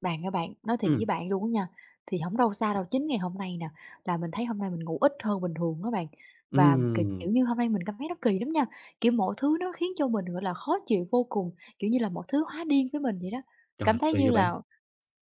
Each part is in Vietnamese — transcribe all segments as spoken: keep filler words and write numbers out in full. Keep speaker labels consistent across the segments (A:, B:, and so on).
A: Bạn ơi bạn, nói thiệt với
B: Ừm.
A: bạn luôn á nha, thì hổng đâu xa đâu, chính ngày hôm nay nè, là mình thấy hôm nay mình ngủ ít hơn bình thường á bạn. Và k
B: Ừm.
A: kiểu như, hôm nay mình cảm thấy nó kỳ lắm nha, kiểu, mọi thứ nó khiến cho mình, gọi là, khó chịu vô cùng, kiểu như là, mọi thứ hóa điên với mình vậy đó.
B: Trời,
A: Cảm thấy
B: kỳ
A: như
B: vậy bạn!
A: là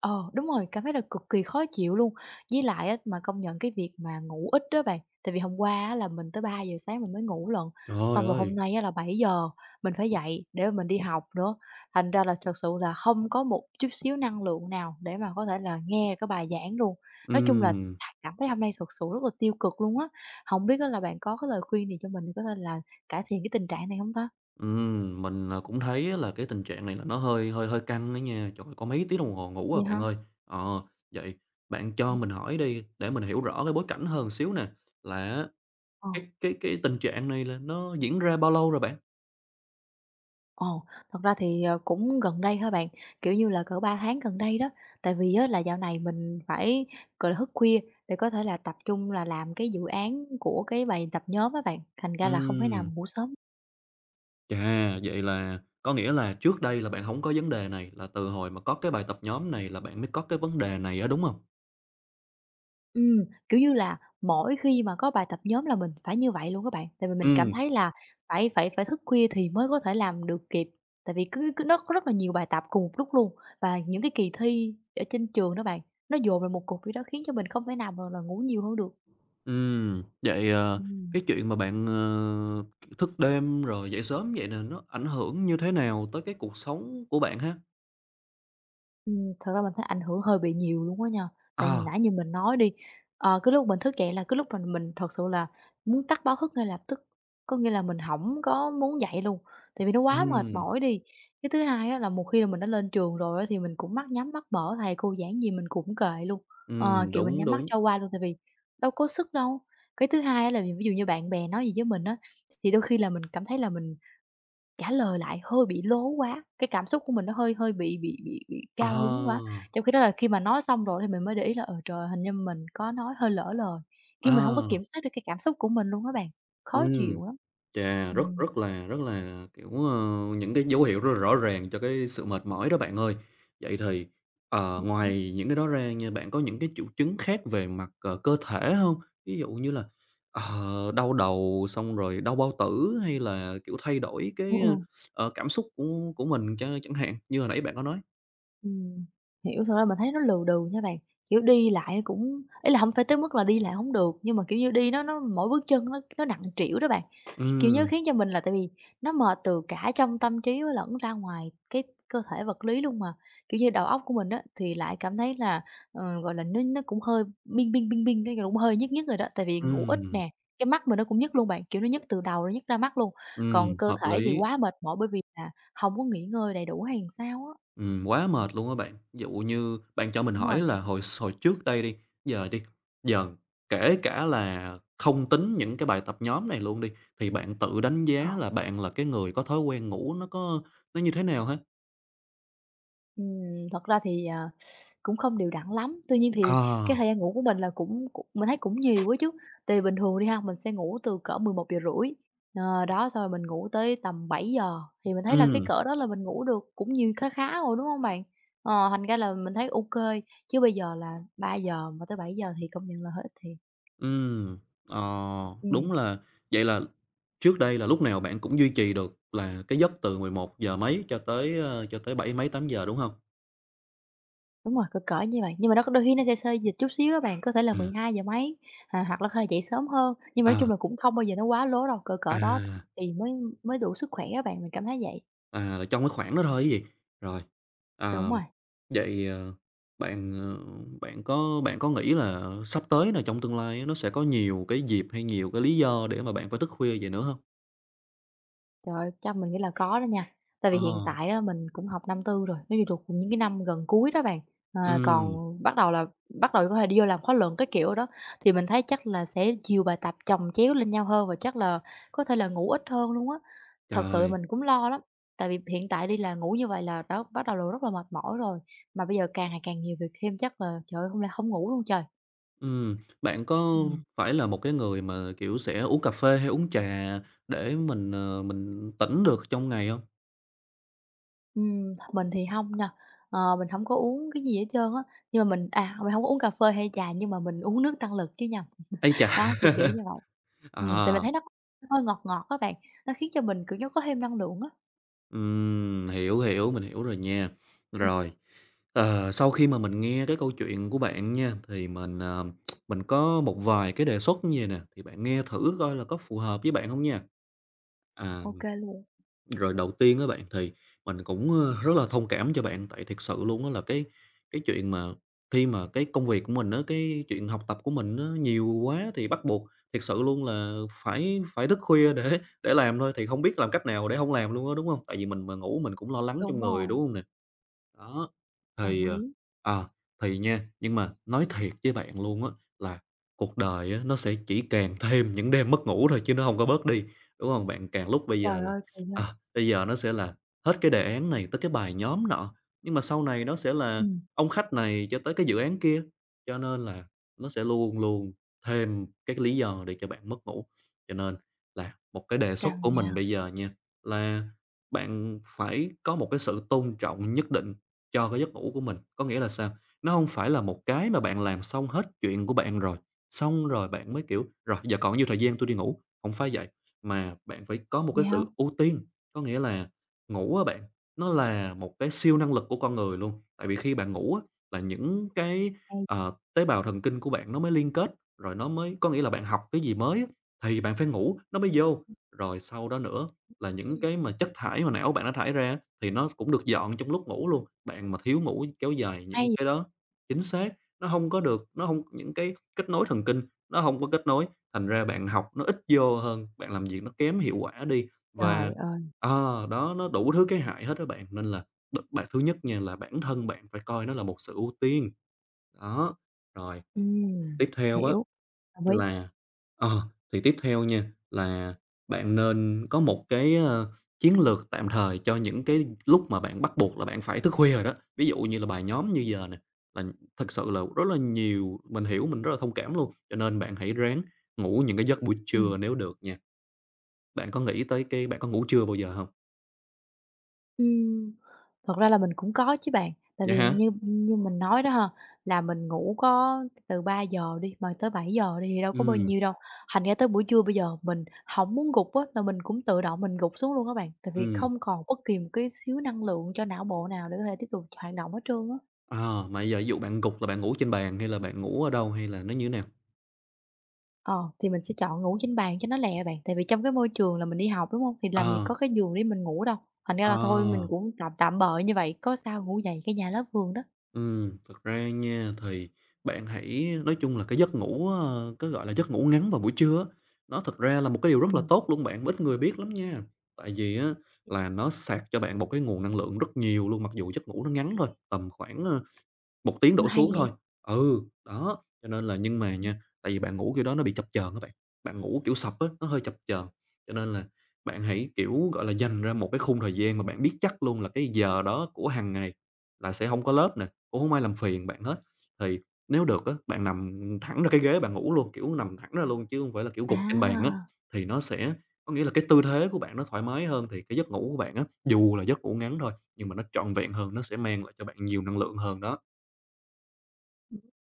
A: Ờ, đúng rồi, cảm thấy là cực kỳ khó chịu luôn. Với lại á, mà công nhận cái việc mà ngủ ít đó bạn, tại vì hôm qua á, là mình tới ba giờ sáng mình mới ngủ lận,
B: Trời
A: xong rồi hôm
B: ơi!
A: nay á, là bảy giờ mình phải dậy để mà mình đi học nữa. Thành ra là thật sự là không có một chút xíu năng lượng nào để mà có thể là nghe cái bài giảng luôn. Nói chung là
B: Ừm.
A: cảm thấy hôm nay thật sự rất là tiêu cực luôn á. Không biết á, là bạn có cái lời khuyên gì cho mình để có thể là cải thiện cái tình trạng này không ta?
B: Ừm. Mình, à, cũng thấy á là cái tình trạng này là nó hơi hơi hơi căng á nha, trời, có mấy tiếng đồng hồ ngủ à
A: Vậy hả?
B: bạn ơi. Ờ, Vậy bạn cho
A: Ừm,
B: mình hỏi đi, để mình hiểu rõ cái bối cảnh hơn xíu nè, là á
A: ờ.
B: cái cái cái tình trạng này là nó diễn ra bao lâu rồi bạn?
A: Ồ, thật ra thì, ờ, cũng gần đây thôi bạn, kiểu như là, cỡ ba tháng gần đây đó. Tại vì á là dạo này mình phải, gọi là, thức khuya để có thể là tập trung là làm cái dự án của cái bài tập nhóm á bạn, thành ra là không thể
B: Ừm.
A: nào ngủ sớm.
B: Chà, vậy là có nghĩa là trước đây là bạn hổng có vấn đề này, là từ hồi mà có cái bài tập nhóm này là bạn mới có cái vấn đề này á, đúng hông?
A: Ừm, kiểu như là, mỗi khi mà có bài tập nhóm là mình phải như vậy luôn các bạn, tại vì mình cảm
B: Ừm.
A: thấy là phải phải phải thức khuya thì mới có thể làm được kịp, tại vì cứ cứ nó có rất là nhiều bài tập cùng một lúc luôn. Và những cái kỳ thi ở trên trường đó bạn, nó dồn vào một cục vậy đó khiến cho mình không thể nào mà là ngủ nhiều hơn được.
B: Ừm, vậy, ờ,
A: Ừm.
B: cái chuyện mà bạn, ờ, thức đêm rồi dậy sớm vậy nè, nó ảnh hưởng như thế nào tới cái cuộc sống của bạn ha?
A: Ừm, thật ra mình thấy ảnh hưởng hơi bị nhiều luôn á nha. Tại vì
B: À.
A: nãy như mình nói đi, ờ, cái lúc mình thức dậy là cái lúc mà mình thật sự là muốn tắt báo thức ngay lập tức, có nghĩa là mình hổng có muốn dậy luôn, tại vì nó quá mệt
B: Ừm.
A: mỏi đi. Cái thứ hai á là một khi là mình đã lên trường rồi á thì mình cũng mắt nhắm mắt mở, thầy cô giảng gì mình cũng kệ luôn, ờ,
B: Ừm,
A: kiểu, mình
B: đúng,
A: nhắm mắt
B: đúng.
A: cho qua luôn, tại vì đâu có sức đâu. Cái thứ hai á là ví dụ như bạn bè nói gì với mình á, thì đôi khi là mình cảm thấy là mình trả lời lại hơi bị lố quá, cái cảm xúc của mình nó hơi hơi bị bị bị bị cao hứng quá.
B: À.
A: Trong khi đó là khi mà nói xong rồi thì mình mới để ý là, ờ, trời, hình như mình có nói hơi lỡ lời, kiểu, mình không có
B: À.
A: kiểm soát được cái cảm xúc của mình luôn các bạn, khó
B: Ừm.
A: chịu lắm.
B: Chà, rất
A: Ừm,
B: rất là rất là, kiểu, ờ, những cái dấu hiệu rất là rõ ràng cho cái sự mệt mỏi đó bạn ơi. Vậy thì, ờ, ngoài những cái đó ra nha, bạn có những cái triệu chứng khác về mặt, ờ, cơ thể không? Ví dụ như là, ờ, đau đầu xong rồi đau bao tử hay là, kiểu, thay đổi
A: Ừ,
B: cái,
A: ừ.
B: ờ, cảm xúc của của mình ch chẳng hạn, như hồi nãy bạn có nói.
A: Ừm, hiểu, thật ra mình thấy nó lừ đừ nha bạn, kiểu, đi lại cũng ý là không phải tới mức là đi lại không được, nhưng mà, kiểu như, đi nó nó mỗi bước chân nó nó nặng trĩu đó bạn. Kiểu như,
B: Ừm.
A: khiến cho mình là tại vì nó mệt từ cả trong tâm trí với lẫn ra ngoài cái cơ thể vật lý luôn mà. Kiểu như, đầu óc của mình á thì lại cảm thấy là, ờ, gọi là, nó nó cũng hơi bing, bing, bing, bing, cái cũng hơi nhức nhức rồi đó, tại vì ngủ ít
B: Ừm.
A: nè, cái mắt mình nó cũng nhức luôn bạn, kiểu, nó nhức từ đầu nó nhức ra mắt luôn, còn
B: Ừm,
A: cơ
B: hợp
A: thể thì
B: lý.
A: quá mệt mỏi bởi vì là không có nghỉ ngơi đầy đủ hay làm sao á.
B: Ừm, quá mệt luôn á bạn. Ví dụ như bạn cho mình
A: Đúng
B: hỏi
A: rồi,
B: là hồi hồi trước đây đi, giờ đi, giờ kể cả là không tính những cái bài tập nhóm này luôn đi, thì bạn tự đánh giá
A: ờ.
B: là bạn là cái người có thói quen ngủ nó có nó như thế nào ha?
A: Ừm, thật ra thì, à, cũng không đều đặn lắm, tuy nhiên thì
B: Ờ.
A: cái thời gian ngủ của mình là cũng cũng mình thấy cũng nhiều quá chứ. Tại vì bình thường đi ha, mình sẽ ngủ từ cỡ mười một giờ rưỡi, ờ, đó, xong rồi mình ngủ tới tầm bảy giờ thì mình thấy là cái
B: Ừm.
A: cỡ đó là mình ngủ được cũng nhiều khá khá rồi, đúng không bạn? Ờ, thành ra là mình thấy ok chứ bây giờ là ba giờ mà tới bảy giờ thì công nhận là hết thiệt.
B: Ừm, ờ,
A: Ừm.
B: đúng là vậy là trước đây là lúc nào bạn cũng duy trì được là cái giấc từ mười một giờ mấy cho tới, ơ, cho tới bảy mấy tám giờ đúng không?
A: Đúng rồi, cỡ cỡ như vậy, nhưng mà nó có đôi khi nó sẽ xê dịch chút xíu đó bạn, có thể là
B: À.
A: mười hai giờ mấy, à, hoặc là có thể dậy sớm hơn, nhưng mà nói
B: À.
A: chung là cũng không bao giờ nó quá lố đâu, cỡ cỡ đó
B: À.
A: thì mới mới đủ sức khỏe á bạn, mình cảm thấy vậy.
B: À, là trong cái khoảng đó thôi chứ gì? Rồi.
A: Đúng
B: À.
A: rồi.
B: Vậy, ờ, bạn, ờ, bạn có bạn có nghĩ là sắp tới là trong tương lai á, nó sẽ có nhiều cái dịp hay nhiều cái lý do để mà bạn phải thức khuya vậy nữa không?
A: Trời ơi, chắc mình nghĩ là có đó nha. Tại vì
B: Ờ.
A: hiện tại đó mình cũng học năm tư rồi, nếu như thuộc những cái năm gần cuối đó bạn, à, còn
B: Ừm.
A: bắt đầu là bắt đầu có thể đi vô làm khóa luận cái kiểu đó, thì mình thấy chắc là sẽ nhiều bài tập chồng chéo lên nhau hơn và chắc là có thể là ngủ ít hơn luôn á. Thật sự
B: Trời.
A: mình cũng lo lắm, tại vì hiện tại đi là ngủ như vậy là đã bắt đầu là rất là mệt mỏi rồi, mà bây giờ càng ngày càng nhiều việc thêm chắc là trời ơi, hôm nay hổng ngủ luôn trời.
B: Ừm. Bạn có
A: Ừm.
B: phải là một cái người mà, kiểu, sẽ uống cà phê hay uống trà để mình, ờ, mình tỉnh được trong ngày không?
A: Ừm, mình thì hông nha, ờ, mình hổng có uống cái gì hết trơn á, nhưng mà mình à, mình hông có uống cà phê hay trà nhưng mà mình uống nước tăng lực chứ nhầm,
B: Ây chà!
A: đó, kiểu, kiểu như vậy. Ừm, tại mình
B: Ờ.
A: thấy nó nó hơi ngọt ngọt á bạn, nó khiến cho mình, kiểu, nó có thêm năng lượng á.
B: Ừm, hiểu, hiểu, mình hiểu rồi nha.
A: Ừm,
B: Rồi, ờ, sau khi mà mình nghe cái câu chuyện của bạn nha, thì mình, ờ, mình có một vài cái đề xuất như vầy nè, thì bạn nghe thử coi là có phù hợp với bạn không nha. À,
A: ô kê luôn,
B: rồi đầu tiên á bạn, thì mình cũng, ơ, rất là thông cảm cho bạn, tại thực sự luôn á là cái cái chuyện mà khi mà cái công việc của mình á, cái chuyện học tập của mình nó nhiều quá thì bắt buộc thực sự luôn là phải phải thức khuya để để làm thôi, thì không biết làm cách nào để không làm luôn á, đúng hông? Tại vì mình mà ngủ mình cũng lo lắng
A: đúng
B: trong người,
A: rồi,
B: đúng hông nè? Đó,
A: đồng
B: thì, ờ
A: ý.
B: ờ, thì nha nhưng mà nói thiệt với bạn luôn á là cuộc đời á, nó sẽ chỉ càng thêm những đêm mất ngủ thôi chứ nó hông có bớt đi, đúng hông? Bạn càng lúc bây giờ
A: Trời
B: là,
A: ơi, kỳ ha,
B: à, bây giờ nó sẽ là hết cái đề án này tới cái bài nhóm nọ, nhưng mà sau này nó sẽ là
A: ừm,
B: ông khách này cho tới cái dự án kia, cho nên là nó sẽ luôn luôn thêm cái lý do để cho bạn mất ngủ. Cho nên là một cái đề xuất
A: căng
B: của
A: nha.
B: mình bây giờ nha, là bạn phải có một cái sự tôn trọng nhất định cho cái giấc ngủ của mình. Có nghĩa là sao? Nó không phải là một cái mà bạn làm xong hết chuyện của bạn rồi, xong rồi bạn mới, kiểu, "Rồi, giờ còn nhiêu thời gian tôi đi ngủ." Không phải vậy, mà bạn phải có một cái
A: Vậy hả?
B: sự ưu tiên. Có nghĩa là ngủ á bạn, nó là một cái siêu năng lực của con người luôn. Tại vì khi bạn ngủ á, là những cái,
A: Hay.
B: ờ, tế bào thần kinh của bạn nó mới liên kết, rồi nó mới có nghĩa là bạn học cái gì mới á, thì bạn phải ngủ nó mới vô. Rồi sau đó nữa là những
A: Ừm.
B: cái mà chất thải mà não bạn nó thải ra thì nó cũng được dọn trong lúc ngủ luôn. Bạn mà thiếu ngủ kéo dài những
A: Hay vậy
B: cái đó chính xác, nó không có được nó không những cái kết nối thần kinh nó không có kết nối, thành ra bạn học nó ít vô hơn, bạn làm việc nó kém hiệu quả đi và
A: trời ơi,
B: ờ, đó, nó đủ thứ cái hại hết á bạn. Nên là đ bạn thứ nhất nha là bản thân bạn phải coi nó là một sự ưu tiên. Đó, rồi
A: ừm,
B: tiếp theo á
A: hiểu, đồng ý.
B: là ờ, thì tiếp theo nha, là bạn nên có một cái, ơ, chiến lược tạm thời cho những cái lúc mà bạn bắt buộc là bạn phải thức khuya rồi đó. Ví dụ như là bài nhóm như giờ nè, là thực sự là rất là nhiều mình hiểu, mình rất là thông cảm luôn, cho nên bạn hãy ráng ngủ những cái giấc buổi
A: Ừm.
B: trưa nếu được nha. Bạn có nghĩ tới cái bạn có ngủ trưa bao giờ không?
A: Ừm, thật ra là mình cũng có chứ bạn, tại
B: Vậy
A: vì
B: hả?
A: như như mình nói đó ha, là mình ngủ có từ ba giờ đi, mà tới bảy giờ đi thì đâu có bao
B: Ừm.
A: nhiêu đâu, thành ra tới buổi trưa bây giờ mình không muốn gục á, là mình cũng tự động mình gục xuống luôn các bạn, tại vì
B: Ừm,
A: không còn bất kỳ một cái xíu năng lượng cho não bộ nào để có thể tiếp tục hoạt động hết trơn á.
B: à mà giờ ví dụ bạn gục là bạn ngủ trên bàn hay là bạn ngủ ở đâu hay là nó như thế nào?
A: Ờ, thì mình sẽ chọn ngủ trên bàn cho nó lẹ bạn, tại vì trong cái môi trường là mình đi học, đúng không? Thì làm gì
B: Ờ.
A: có cái giường để mình ngủ đâu, thành ra
B: Ờ.
A: là thôi mình cũng tạm tạm bợ như vậy, có sao ngủ dậy cái nhà lớp vườn đó.
B: Ừm, thật ra nha, thì bạn hãy nói chung là cái giấc ngủ, ờ, cái, gọi là, giấc ngủ ngắn vào buổi trưa á, nó thật ra là một cái điều rất là
A: Ừm,
B: tốt luôn bạn, mà ít người biết lắm nha. Tại vì á là nó sạc cho bạn một cái nguồn năng lượng rất nhiều luôn, mặc dù giấc ngủ nó ngắn thôi, tầm khoảng, ờ, một tiếng
A: ôi,
B: đổ
A: hay
B: xuống thôi.
A: vậy!
B: Ừ, đó, cho nên là nhưng mà nha, tại vì bạn ngủ kiểu đó nó bị chập chờn các bạn, bạn ngủ kiểu sập á, nó hơi chập chờn, cho nên là bạn hãy, kiểu, gọi là, dành ra một cái khung thời gian mà bạn biết chắc luôn là cái giờ đó của hàng ngày là sẽ không có lớp nè, cũng hông ai làm phiền bạn hết. Thì nếu được á, bạn nằm thẳng ra cái ghế bạn ngủ luôn, kiểu, nằm thẳng ra luôn chứ không phải là, kiểu, gục trên bàn á,
A: À,
B: thì nó sẽ có nghĩa là cái tư thế của bạn nó thoải mái hơn, thì cái giấc ngủ của bạn á, dù là giấc ngủ ngắn thôi, nhưng mà nó trọn vẹn hơn, nó sẽ mang lại cho bạn nhiều năng lượng hơn đó.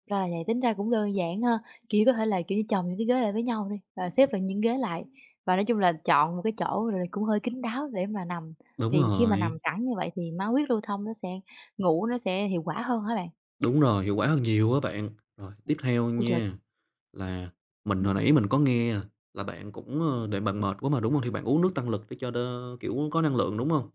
A: ra là vậy, tính ra cũng đơn giản ha, kiểu, có thể là, kiểu như, chồng những cái ghế lại với nhau đi, và xếp lại những ghế lại, và nói chung là chọn một cái chỗ rồi cũng hơi kín đáo để mà nằm.
B: Đúng
A: Thì khi mà
B: rồi,
A: nằm thẳng như vậy thì máu huyết lưu thông nó sẽ ngủ nó sẽ hiệu quả hơn hả bạn?
B: đúng rồi, hiệu quả hơn nhiều á bạn. Rồi, tiếp theo
A: Ôi trời!
B: nha, là mình hồi
A: Ừm,
B: nãy mình có nghe là bạn cũng, ơ, để bạn mệt quá mà, đúng không? Thì bạn uống nước tăng lực để cho đơ kiểu, có năng lượng, đúng không?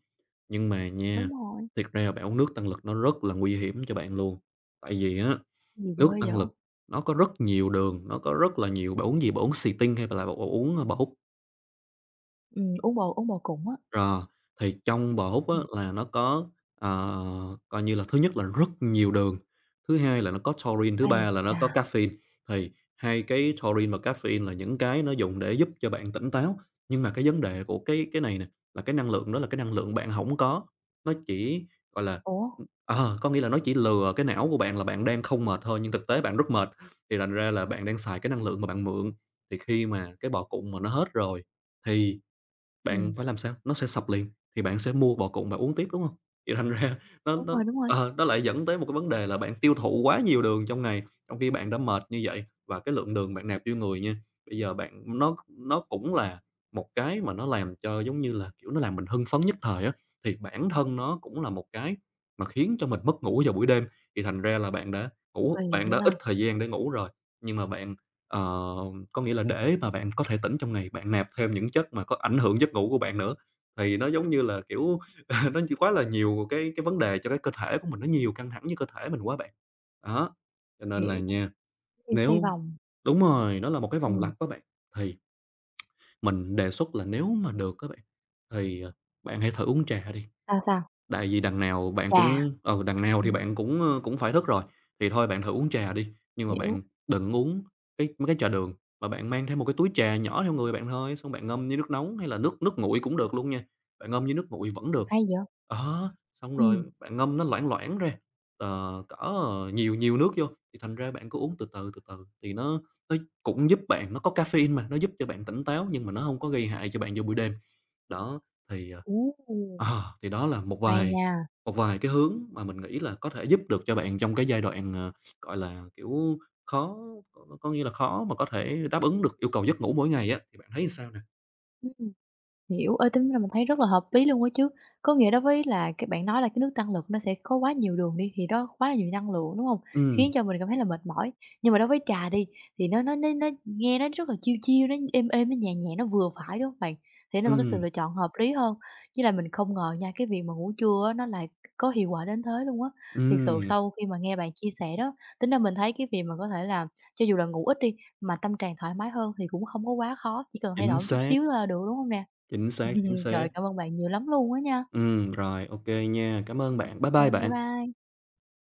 B: Nhưng mà nha,
A: đúng rồi,
B: thiệt ra là bạn uống nước tăng lực nó rất là nguy hiểm cho bạn luôn. Tại vì á,
A: gì
B: nước
A: ghê vậy?
B: tăng lực nó có rất nhiều đường, nó có rất là nhiều bạn uống gì? Bạn uống xì tinh hay là bạn uống bột?
A: Ừm, uống bồ uống bồ củng á.
B: Rồi, thì trong bò húc á
A: Ừm,
B: là nó có, ờ, coi như là thứ nhất là rất nhiều đường, thứ hai là nó có taurine, thứ
A: ây
B: ba là nó
A: chà,
B: có caffeine. Thì hai cái taurine và caffeine là những cái nó dùng để giúp cho bạn tỉnh táo, nhưng mà cái vấn đề của cái cái này nè, là cái năng lượng đó là cái năng lượng bạn hổng có, nó chỉ, gọi là,
A: ủa?
B: ừm, ờ, có nghĩa là nó chỉ lừa cái não của bạn là bạn đang không mệt thôi, nhưng thực tế bạn rất mệt, thì thành ra là bạn đang xài cái năng lượng mà bạn mượn. Thì khi mà cái bò cụm mà nó hết rồi thì bạn
A: Ừm,
B: phải làm sao? Nó sẽ sập liền, thì bạn sẽ mua bò cụm bạn uống tiếp, đúng hông? Thì thành ra nó
A: đúng
B: nó
A: rồi, đúng rồi,
B: ờ, nó lại dẫn tới một cái vấn đề là bạn tiêu thụ quá nhiều đường trong ngày, trong khi bạn đã mệt như vậy và cái lượng đường bạn nạp vô người nha, bây giờ bạn nó nó cũng là một cái mà nó làm cho, giống như là, kiểu, nó làm mình hưng phấn nhất thời á, thì bản thân nó cũng là một cái mà khiến cho mình mất ngủ vào buổi đêm. Thì thành ra là bạn đã ngủ
A: kỳ
B: bạn
A: vậy
B: đã ít
A: ta,
B: thời gian để ngủ rồi, nhưng mà bạn, ờ có nghĩa là để mà bạn có thể tỉnh trong ngày, bạn nạp thêm những chất mà có ảnh hưởng giấc ngủ của bạn nữa, thì nó giống như là, kiểu, nó chỉ quá là nhiều cái cái vấn đề cho cái cơ thể của mình, nó nhiều căng thẳng với cơ thể mình quá bạn. Đó, cho nên là
A: hiểu,
B: nha,
A: như xoay
B: nếu
A: vòng.
B: đúng rồi, nó là một cái vòng
A: Ừm,
B: lặp các bạn, thì mình đề xuất là nếu mà được các bạn, thì, ờ, bạn hãy thử uống trà đi.
A: sao, sao?
B: Tại vì đằng nào bạn
A: Chà,
B: cũng ừ, đằng nào thì
A: ừm,
B: bạn cũng, ơ, cũng phải thức rồi, thì thôi bạn thử uống trà đi, nhưng mà
A: hiểu,
B: bạn đừng uống cái mấy cái trà đường, mà bạn mang theo một cái túi trà nhỏ theo người bạn thôi, xong bạn ngâm với nước nóng hay là nước nước nguội cũng được luôn nha, bạn ngâm với nước nguội vẫn được.
A: hay vậy?
B: Đó, xong
A: Ừ,
B: rồi bạn ngâm nó loãng loãng ra, ờ, cỡ, ờ, nhiều nhiều nước vô, thì thành ra bạn cứ uống từ từ, từ từ thì nó nó cũng giúp bạn, nó có caffeine mà, nó giúp cho bạn tỉnh táo nhưng mà nó hông có gây hại cho bạn vào buổi đêm. Đó, thì, ờ
A: ú.
B: Ờ, thì đó là một
A: Hay
B: vài
A: nha.
B: một vài cái hướng mà mình nghĩ là có thể giúp được cho bạn trong cái giai đoạn, ờ, gọi là, kiểu, khó có có nghĩa là khó mà có thể đáp ứng được yêu cầu giấc ngủ mỗi ngày á, thì bạn thấy sao nè?
A: Ừm. Hiểu, ơi tính ra mình thấy rất là hợp lý luôn á chứ. Có nghĩa đối với là cái bạn nói là cái nước tăng lực nó sẽ có quá nhiều đường đi, thì đó quá là nhiều năng lượng, đúng không? Khiến
B: Ừm.
A: cho mình cảm thấy là mệt mỏi. Nhưng mà đối với trà đi, thì nó nó nó nó nghe nó rất là chiêu chiêu nó êm êm, nó nhẹ nhẹ, nó vừa phải, đúng không bạn? Thế nên là cái sự
B: Ừm.
A: lựa chọn hợp lý hơn. Chứ là mình không ngờ nha, cái việc mà ngủ trưa á, nó lại có hiệu quả đến thế luôn á. Thiệt sự
B: Ừm,
A: sau khi mà nghe bạn chia sẻ đó, tính ra mình thấy cái việc mà có thể là cho dù là ngủ ít đi, mà tâm trạng thoải mái hơn thì cũng không có quá khó, chỉ cần thay
B: chính
A: đổi một chút
B: xác,
A: xíu thôi là được, đúng không nè?
B: chính xác, chính xác.
A: Trời, cảm ơn bạn nhiều lắm luôn á nha.
B: Ừm, rồi, ô kê nha. Cảm ơn bạn. Bye
A: Ô
B: bye
A: bye
B: bạn.
A: bye.